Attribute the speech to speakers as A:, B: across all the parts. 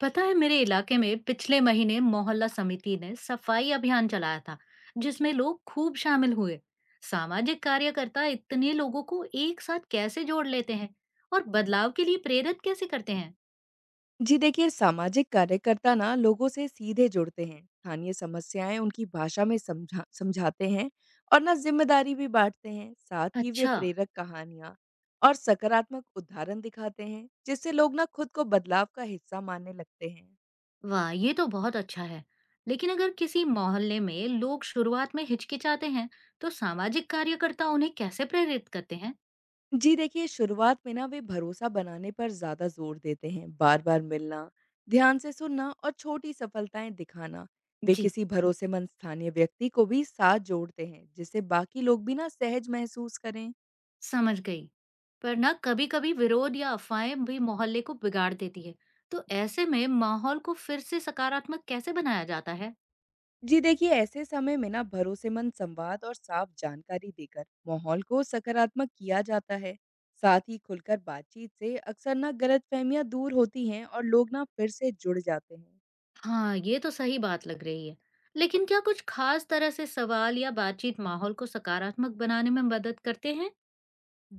A: पता है, मेरे इलाके में पिछले महीने मोहल्ला समिति ने सफाई अभियान चलाया था, जिसमें लोग खूब शामिल हुए। सामाजिक कार्यकर्ता इतने लोगों को एक साथ कैसे जोड़ लेते हैं और बदलाव के लिए प्रेरित कैसे करते हैं?
B: जी देखिए, सामाजिक कार्यकर्ता ना लोगों से सीधे जुड़ते हैं, स्थानीय समस्याएं उनकी भाषा में समझा समझाते हैं और ना जिम्मेदारी भी बांटते हैं। साथ ही वे
A: अच्छा।
B: प्रेरक कहानियां और सकारात्मक उदाहरण दिखाते हैं, जिससे लोग ना खुद को बदलाव का हिस्सा मानने लगते हैं।
A: वाह, ये तो बहुत अच्छा है। लेकिन अगर किसी मोहल्ले में लोग शुरुआत में हिचकिचाते हैं, तो सामाजिक कार्यकर्ता उन्हें कैसे प्रेरित करते हैं?
B: जी देखिए, शुरुआत में ना वे भरोसा बनाने पर ज़्यादा ज़ोर देते हैं। बार-बार मिलना, ध्यान से सुनना और छोटी सफलताएँ दिखाना। वे
A: जी।
B: किसी भरोसेमंद स्थानीय व्यक्ति को भी साथ जोड़ते हैं, जिससे बाकी लोग भी ना सहज महसूस करें।
A: समझ गई। पर ना कभी-कभी विरोध या अफवाहें भी मोहल्ले को बिगाड़ देती है। तो ऐसे में माहौल को फिर से सकारात्मक कैसे बनाया जाता है?
B: जी देखिए, ऐसे समय में ना भरोसेमंद संवाद और साफ जानकारी देकर माहौल को सकारात्मक किया जाता है। साथ ही खुलकर बातचीत से अक्सर ना गलतफहमियाँ दूर होती हैं और लोग ना फिर से जुड़ जाते हैं।
A: हाँ, ये तो सही बात लग रही है। लेकिन क्या कुछ खास तरह से सवाल या बातचीत माहौल को सकारात्मक बनाने में मदद करते हैं?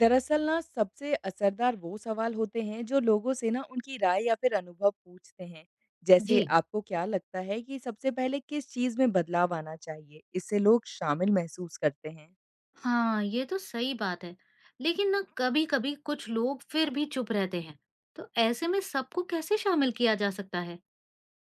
B: दरअसल ना सबसे असरदार वो सवाल होते हैं जो लोगों से ना उनकी राय या फिर अनुभव पूछते हैं, जैसे
A: जी।
B: आपको क्या लगता है कि सबसे पहले किस चीज में बदलाव आना चाहिए। इससे लोग शामिल महसूस करते हैं।
A: हाँ, ये तो सही बात है। लेकिन ना कभी-कभी कुछ लोग फिर भी चुप रहते हैं। तो ऐसे में सबको कैसे शामिल किया जा सकता है?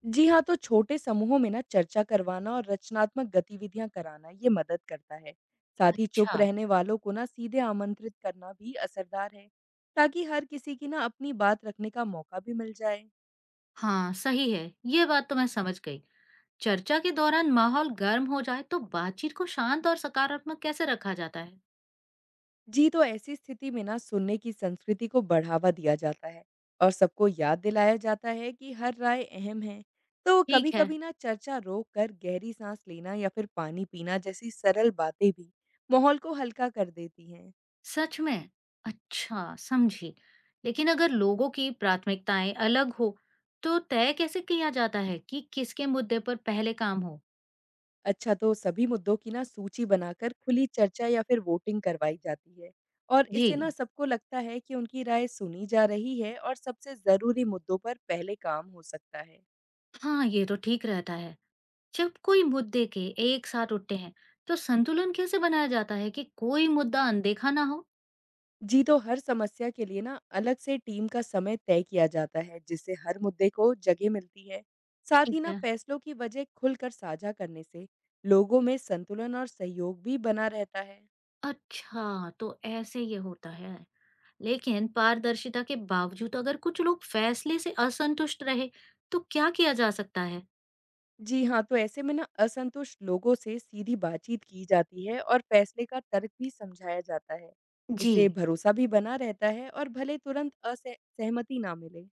B: जी हाँ, तो छोटे समूहों में ना चर्चा करवाना और रचनात्मक गतिविधियां कराना ये मदद करता है। साथ ही चुप
A: अच्छा।
B: रहने वालों को ना सीधे आमंत्रित करना भी असरदार है, ताकि हर किसी की ना अपनी बात रखने का मौका भी मिल जाए।
A: हाँ, सही है। ये बात तो मैं समझ गई। चर्चा के दौरान माहौल गर्म हो जाए तो बातचीत को शांत और सकारात्मक कैसे रखा जाता है?
B: जी, तो ऐसी स्थिति में ना सुनने की संस्कृति को बढ़ावा दिया जाता है और सबको याद दिलाया जाता है कि हर राय अहम है। तो
A: ठीक है।
B: कभी-कभी ना चर्चा रोक कर गहरी साँस लेना या फिर पानी पीना जैसी सरल बातें भी माहौल को हल्का कर देती हैं।
A: सच में। अच्छा, समझी। लेकिन अगर लोगों की प्राथमिकताएं अलग हो, तो तय कैसे किया जाता है कि किसके मुद्दे पर पहले काम हो?
B: अच्छा, तो सभी मुद्दों की ना सूची बनाकर खुली चर्चा या फिर वोटिंग करवाई जाती है और
A: जी।
B: इससे ना सबको लगता है कि उनकी राय सुनी जा रही है और सबसे ज़रूरी मुद्दों पर पहले काम हो सकता है।
A: हाँ, ये तो ठीक रहता है। जब कोई मुद्दे के एक साथ उठते हैं, तो संतुलन कैसे बनाया जाता है कि कोई मुद्दा अनदेखा ना हो?
B: जी, तो हर समस्या के लिए ना अलग से टीम का समय तय किया जाता है, जिससे हर मुद्दे को जगह मिलती है। साथ ही
A: ठीक
B: ना
A: है।
B: फैसलों की वजह खुलकर साझा करने से लोगों में संतुलन और सहयोग भी बना रहता है।
A: अच्छा, तो ऐसे ये होता है। लेकिन पारदर्शिता के बावजूद अगर कुछ लोग फैसले से असंतुष्ट रहे, तो क्या किया जा सकता है?
B: जी हाँ, तो ऐसे में ना असंतुष्ट लोगों से सीधी बातचीत की जाती है और फैसले का तर्क भी समझाया जाता है।
A: जी।
B: इससे भरोसा भी बना रहता है और भले तुरंत असहमति ना मिले।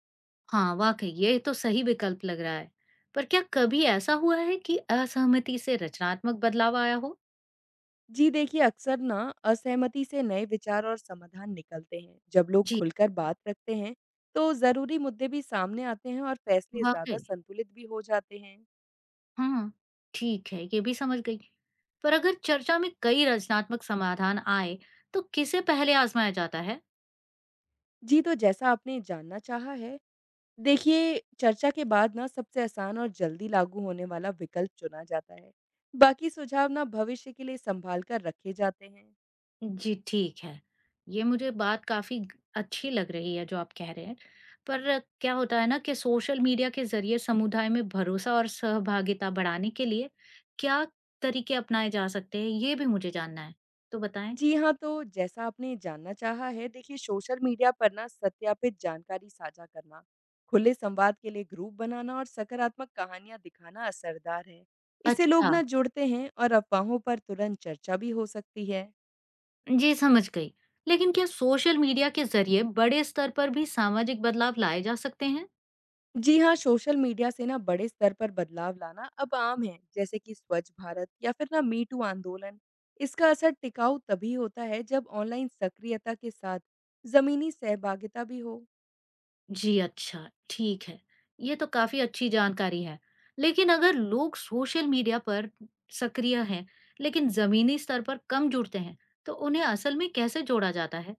A: हाँ, वाकई ये तो सही विकल्प लग रहा है। पर क्या कभी ऐसा हुआ है कि असहमति से रचनात्मक बदलाव आया हो?
B: जी देखिए, अक्सर ना असहमति से नए विचार और समाधान निकलते हैं। जब लोग
A: जी।
B: खुलकर बात रखते हैं, तो ज़रूरी मुद्दे भी सामने आते हैं और फैसले ज़्यादा
A: वाकई।
B: संतुलित भी हो जाते हैं।
A: हाँ। ठीक है, ये भी समझ गई। पर अगर चर्चा में कई रचनात्मक समाधान आए, तो किसे पहले आजमाया जाता है?
B: जी, तो जैसा आपने जानना चाहा है, देखिए चर्चा के बाद ना सबसे आसान और जल्दी लागू होने वाला विकल्प चुना जाता है। बाकी सुझाव ना भविष्य के लिए संभाल कर रखे जाते हैं।
A: जी, ठीक है। ये मुझे बात काफ़ी ग अच्छी लग रही है जो आप कह रहे हैं। पर क्या होता है ना कि सोशल मीडिया के ज़रिए समुदाय में भरोसा और सहभागिता बढ़ाने के लिए क्या तरीके अपनाए जा सकते हैं, ये भी मुझे जानना है। तो बताएँ।
B: जी हाँ, तो जैसा आपने जानना चाहा है, देखिए सोशल मीडिया पर ना सत्यापित जानकारी साझा करना, खुले संवाद के लिए ग्रुप बनाना और सकारात्मक कहानियाँ दिखाना असरदार है। इससे लोग
A: अच्छा।
B: ना जुड़ते हैं और अफवाहों पर तुरंत चर्चा भी हो सकती है।
A: जी, समझ गई। लेकिन क्या सोशल मीडिया के ज़रिए बड़े स्तर पर भी सामाजिक बदलाव लाए जा सकते हैं?
B: जी हाँ, सोशल मीडिया से ना बड़े स्तर पर बदलाव लाना अब आम है, जैसे कि स्वच्छ भारत या फिर ना मी टू आंदोलन। इसका असर टिकाऊ तभी होता है जब ऑनलाइन सक्रियता के साथ जमीनी सहभागिता भी हो।
A: जी, अच्छा, ठीक है। ये तो काफ़ी अच्छी जानकारी है। लेकिन अगर लोग सोशल मीडिया पर सक्रिय हैं, लेकिन ज़मीनी स्तर पर कम जुड़ते हैं, तो उन्हें असल में कैसे जोड़ा जाता है?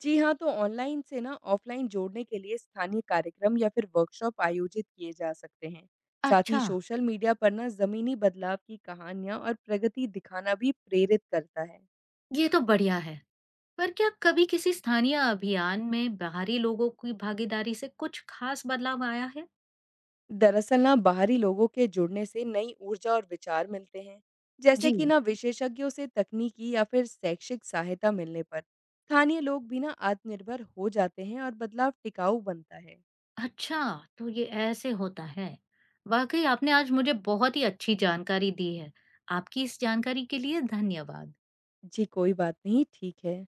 B: जी हाँ, तो ऑनलाइन से ना ऑफलाइन जोड़ने के लिए स्थानीय कार्यक्रम या फिर वर्कशॉप आयोजित किए जा सकते हैं। साथ ही
A: अच्छा।
B: सोशल मीडिया पर ना ज़मीनी बदलाव की कहानियाँ और प्रगति दिखाना भी प्रेरित करता है।
A: ये तो बढ़िया है। पर क्या कभी किसी स्थानीय अभियान में बाहरी लोगों की भागीदारी से कुछ खास बदलाव आया है?
B: दरअसल ना बाहरी लोगों के जुड़ने से नई ऊर्जा और विचार मिलते हैं। जैसे कि
A: जी।
B: ना विशेषज्ञों से तकनीकी या फिर शैक्षिक सहायता मिलने पर स्थानीय लोग भी ना आत्मनिर्भर हो जाते हैं और बदलाव टिकाऊ बनता है।
A: अच्छा, तो ये ऐसे होता है। वाकई आपने आज मुझे बहुत ही अच्छी जानकारी दी है। आपकी इस जानकारी के लिए धन्यवाद।
B: जी, कोई बात नहीं, ठीक है।